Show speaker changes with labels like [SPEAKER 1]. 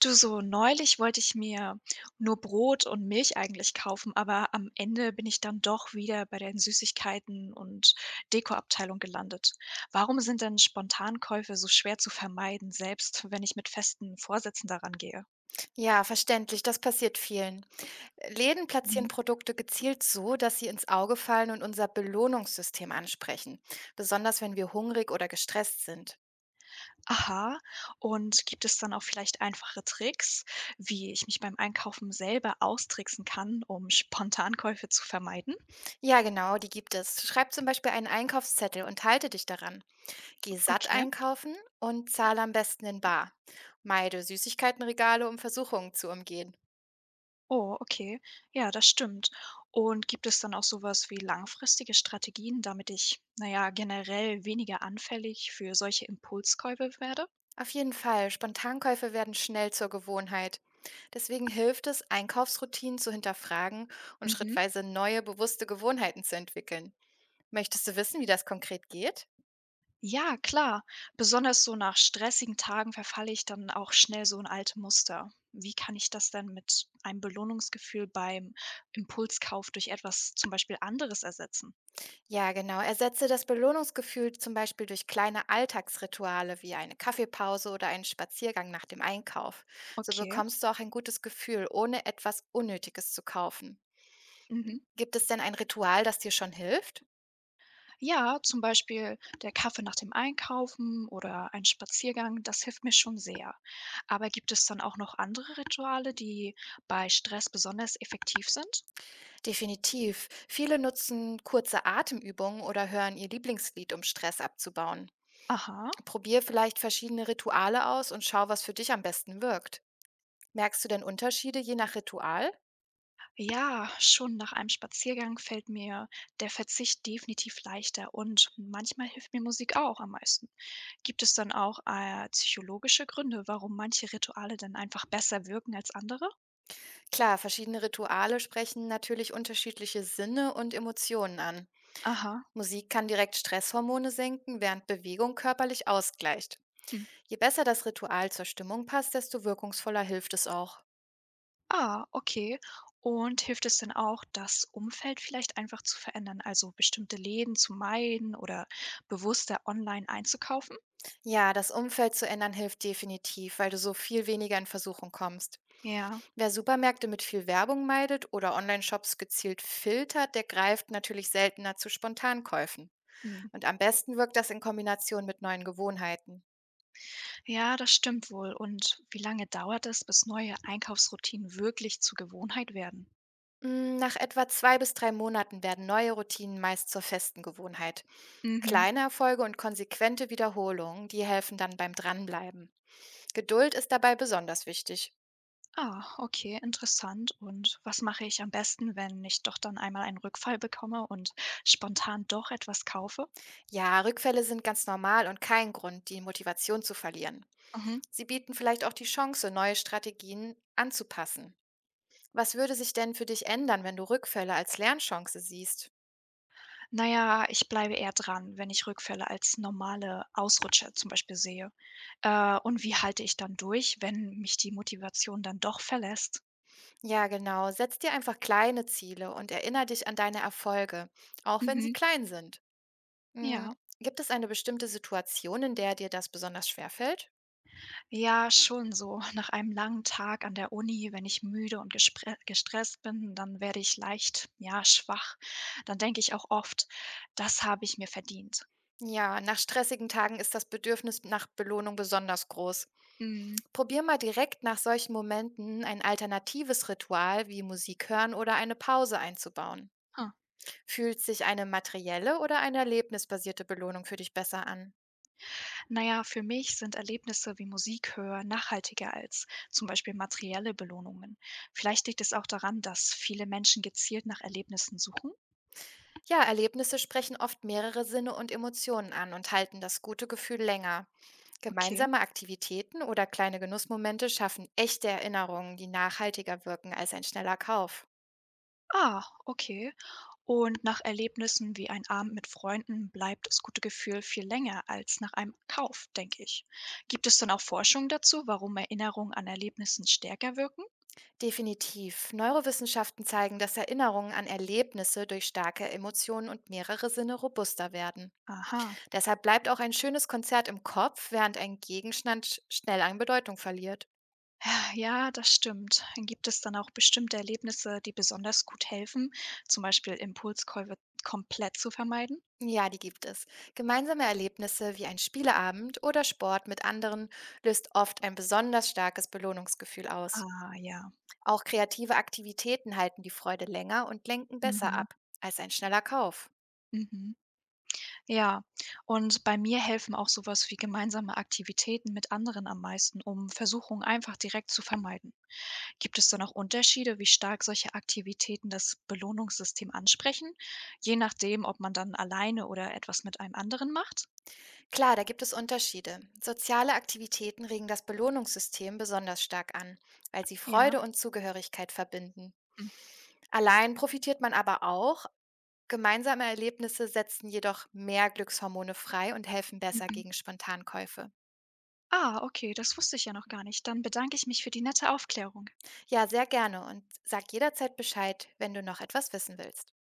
[SPEAKER 1] Du, so neulich wollte ich mir nur Brot und Milch eigentlich kaufen, aber am Ende bin ich dann doch wieder bei den Süßigkeiten und Dekoabteilung gelandet. Warum sind denn Spontankäufe so schwer zu vermeiden, selbst wenn ich mit festen Vorsätzen daran gehe?
[SPEAKER 2] Ja, verständlich, das passiert vielen. Läden platzieren
[SPEAKER 1] Mhm.
[SPEAKER 2] Produkte gezielt so, dass sie ins Auge fallen und unser Belohnungssystem ansprechen, besonders wenn wir hungrig oder gestresst sind.
[SPEAKER 1] Aha, und gibt es dann auch vielleicht einfache Tricks, wie ich mich beim Einkaufen selber austricksen kann, um Spontankäufe zu vermeiden?
[SPEAKER 2] Ja, genau, die gibt es. Schreib zum Beispiel einen Einkaufszettel und halte dich daran. Geh satt
[SPEAKER 1] Okay.
[SPEAKER 2] einkaufen und zahle am besten in bar. Meide Süßigkeitenregale, um Versuchungen zu umgehen.
[SPEAKER 1] Oh, okay. Ja, das stimmt. Und gibt es dann auch sowas wie langfristige Strategien, damit ich, naja, generell weniger anfällig für solche Impulskäufe werde?
[SPEAKER 2] Auf jeden Fall, Spontankäufe werden schnell zur Gewohnheit. Deswegen hilft es, Einkaufsroutinen zu hinterfragen und
[SPEAKER 1] Mhm.
[SPEAKER 2] schrittweise neue bewusste Gewohnheiten zu entwickeln. Möchtest du wissen, wie das konkret geht?
[SPEAKER 1] Ja, klar. Besonders so nach stressigen Tagen verfalle ich dann auch schnell so in alte Muster. Wie kann ich das denn mit einem Belohnungsgefühl beim Impulskauf durch etwas zum Beispiel anderes ersetzen?
[SPEAKER 2] Ja, genau. Ersetze das Belohnungsgefühl zum Beispiel durch kleine Alltagsrituale wie eine Kaffeepause oder einen Spaziergang nach dem Einkauf. So
[SPEAKER 1] Okay.
[SPEAKER 2] bekommst du auch ein gutes Gefühl, ohne etwas Unnötiges zu kaufen.
[SPEAKER 1] Mhm.
[SPEAKER 2] Gibt es denn ein Ritual, das dir schon hilft?
[SPEAKER 1] Ja, zum Beispiel der Kaffee nach dem Einkaufen oder ein Spaziergang, das hilft mir schon sehr. Aber gibt es dann auch noch andere Rituale, die bei Stress besonders effektiv sind?
[SPEAKER 2] Definitiv. Viele nutzen kurze Atemübungen oder hören ihr Lieblingslied, um Stress abzubauen.
[SPEAKER 1] Aha.
[SPEAKER 2] Probier vielleicht verschiedene Rituale aus und schau, was für dich am besten wirkt. Merkst du denn Unterschiede je nach Ritual?
[SPEAKER 1] Ja, schon nach einem Spaziergang fällt mir der Verzicht definitiv leichter und manchmal hilft mir Musik auch am meisten. Gibt es dann auch psychologische Gründe, warum manche Rituale dann einfach besser wirken als andere?
[SPEAKER 2] Klar, verschiedene Rituale sprechen natürlich unterschiedliche Sinne und Emotionen an.
[SPEAKER 1] Aha.
[SPEAKER 2] Musik kann direkt Stresshormone senken, während Bewegung körperlich ausgleicht.
[SPEAKER 1] Hm.
[SPEAKER 2] Je besser das Ritual zur Stimmung passt, desto wirkungsvoller hilft es auch.
[SPEAKER 1] Ah, okay. Und hilft es denn auch, das Umfeld vielleicht einfach zu verändern, also bestimmte Läden zu meiden oder bewusster online einzukaufen?
[SPEAKER 2] Ja, das Umfeld zu ändern hilft definitiv, weil du so viel weniger in Versuchung kommst.
[SPEAKER 1] Ja.
[SPEAKER 2] Wer Supermärkte mit viel Werbung meidet oder Online-Shops gezielt filtert, der greift natürlich seltener zu Spontankäufen.
[SPEAKER 1] Hm.
[SPEAKER 2] Und am besten wirkt das in Kombination mit neuen Gewohnheiten.
[SPEAKER 1] Ja, das stimmt wohl. Und wie lange dauert es, bis neue Einkaufsroutinen wirklich zur Gewohnheit werden?
[SPEAKER 2] Nach etwa 2 bis 3 Monaten werden neue Routinen meist zur festen Gewohnheit.
[SPEAKER 1] Mhm.
[SPEAKER 2] Kleine Erfolge und konsequente Wiederholungen, die helfen dann beim Dranbleiben. Geduld ist dabei besonders wichtig.
[SPEAKER 1] Ah, okay, interessant. Und was mache ich am besten, wenn ich doch dann einmal einen Rückfall bekomme und spontan doch etwas kaufe?
[SPEAKER 2] Ja, Rückfälle sind ganz normal und kein Grund, die Motivation zu verlieren.
[SPEAKER 1] Mhm.
[SPEAKER 2] Sie bieten vielleicht auch die Chance, neue Strategien anzupassen. Was würde sich denn für dich ändern, wenn du Rückfälle als Lernchance siehst?
[SPEAKER 1] Na ja, ich bleibe eher dran, wenn ich Rückfälle als normale Ausrutscher zum Beispiel sehe. Und wie halte ich dann durch, wenn mich die Motivation dann doch verlässt?
[SPEAKER 2] Ja, genau. Setz dir einfach kleine Ziele und erinnere dich an deine Erfolge, auch wenn sie
[SPEAKER 1] Mhm.
[SPEAKER 2] klein sind. Mm,
[SPEAKER 1] Ja.
[SPEAKER 2] Gibt es eine bestimmte Situation, in der dir das besonders schwer fällt?
[SPEAKER 1] Ja, schon so. Nach einem langen Tag an der Uni, wenn ich müde und gespre gestresst bin, dann werde ich leicht, ja, schwach. Dann denke ich auch oft, das habe ich mir verdient.
[SPEAKER 2] Ja, nach stressigen Tagen ist das Bedürfnis nach Belohnung besonders groß.
[SPEAKER 1] Mhm.
[SPEAKER 2] Probier mal direkt nach solchen Momenten ein alternatives Ritual wie Musik hören oder eine Pause einzubauen.
[SPEAKER 1] Huh.
[SPEAKER 2] Fühlt sich eine materielle oder eine erlebnisbasierte Belohnung für dich besser an?
[SPEAKER 1] Naja, für mich sind Erlebnisse wie Musik hören nachhaltiger als zum Beispiel materielle Belohnungen. Vielleicht liegt es auch daran, dass viele Menschen gezielt nach Erlebnissen suchen.
[SPEAKER 2] Ja, Erlebnisse sprechen oft mehrere Sinne und Emotionen an und halten das gute Gefühl länger.
[SPEAKER 1] Okay.
[SPEAKER 2] Gemeinsame Aktivitäten oder kleine Genussmomente schaffen echte Erinnerungen, die nachhaltiger wirken als ein schneller Kauf.
[SPEAKER 1] Ah, okay. Und nach Erlebnissen wie ein Abend mit Freunden bleibt das gute Gefühl viel länger als nach einem Kauf, denke ich. Gibt es dann auch Forschung dazu, warum Erinnerungen an Erlebnissen stärker wirken?
[SPEAKER 2] Definitiv. Neurowissenschaften zeigen, dass Erinnerungen an Erlebnisse durch starke Emotionen und mehrere Sinne robuster werden.
[SPEAKER 1] Aha.
[SPEAKER 2] Deshalb bleibt auch ein schönes Konzert im Kopf, während ein Gegenstand schnell an Bedeutung verliert.
[SPEAKER 1] Ja, das stimmt. Gibt es dann auch bestimmte Erlebnisse, die besonders gut helfen, zum Beispiel Impulskäufe komplett zu vermeiden?
[SPEAKER 2] Ja, die gibt es. Gemeinsame Erlebnisse wie ein Spieleabend oder Sport mit anderen löst oft ein besonders starkes Belohnungsgefühl aus.
[SPEAKER 1] Ah, ja.
[SPEAKER 2] Auch kreative Aktivitäten halten die Freude länger und lenken besser
[SPEAKER 1] Mhm.
[SPEAKER 2] ab als ein schneller Kauf.
[SPEAKER 1] Mhm. Ja, und bei mir helfen auch sowas wie gemeinsame Aktivitäten mit anderen am meisten, um Versuchungen einfach direkt zu vermeiden. Gibt es dann auch Unterschiede, wie stark solche Aktivitäten das Belohnungssystem ansprechen, je nachdem, ob man dann alleine oder etwas mit einem anderen macht?
[SPEAKER 2] Klar, da gibt es Unterschiede. Soziale Aktivitäten regen das Belohnungssystem besonders stark an, weil sie
[SPEAKER 1] Ja.
[SPEAKER 2] Freude und Zugehörigkeit verbinden.
[SPEAKER 1] Mhm.
[SPEAKER 2] Allein profitiert man aber auch. Gemeinsame Erlebnisse setzen jedoch mehr Glückshormone frei und helfen besser
[SPEAKER 1] Mhm.
[SPEAKER 2] gegen Spontankäufe.
[SPEAKER 1] Ah, okay, das wusste ich ja noch gar nicht. Dann bedanke ich mich für die nette Aufklärung.
[SPEAKER 2] Ja, sehr gerne und sag jederzeit Bescheid, wenn du noch etwas wissen willst.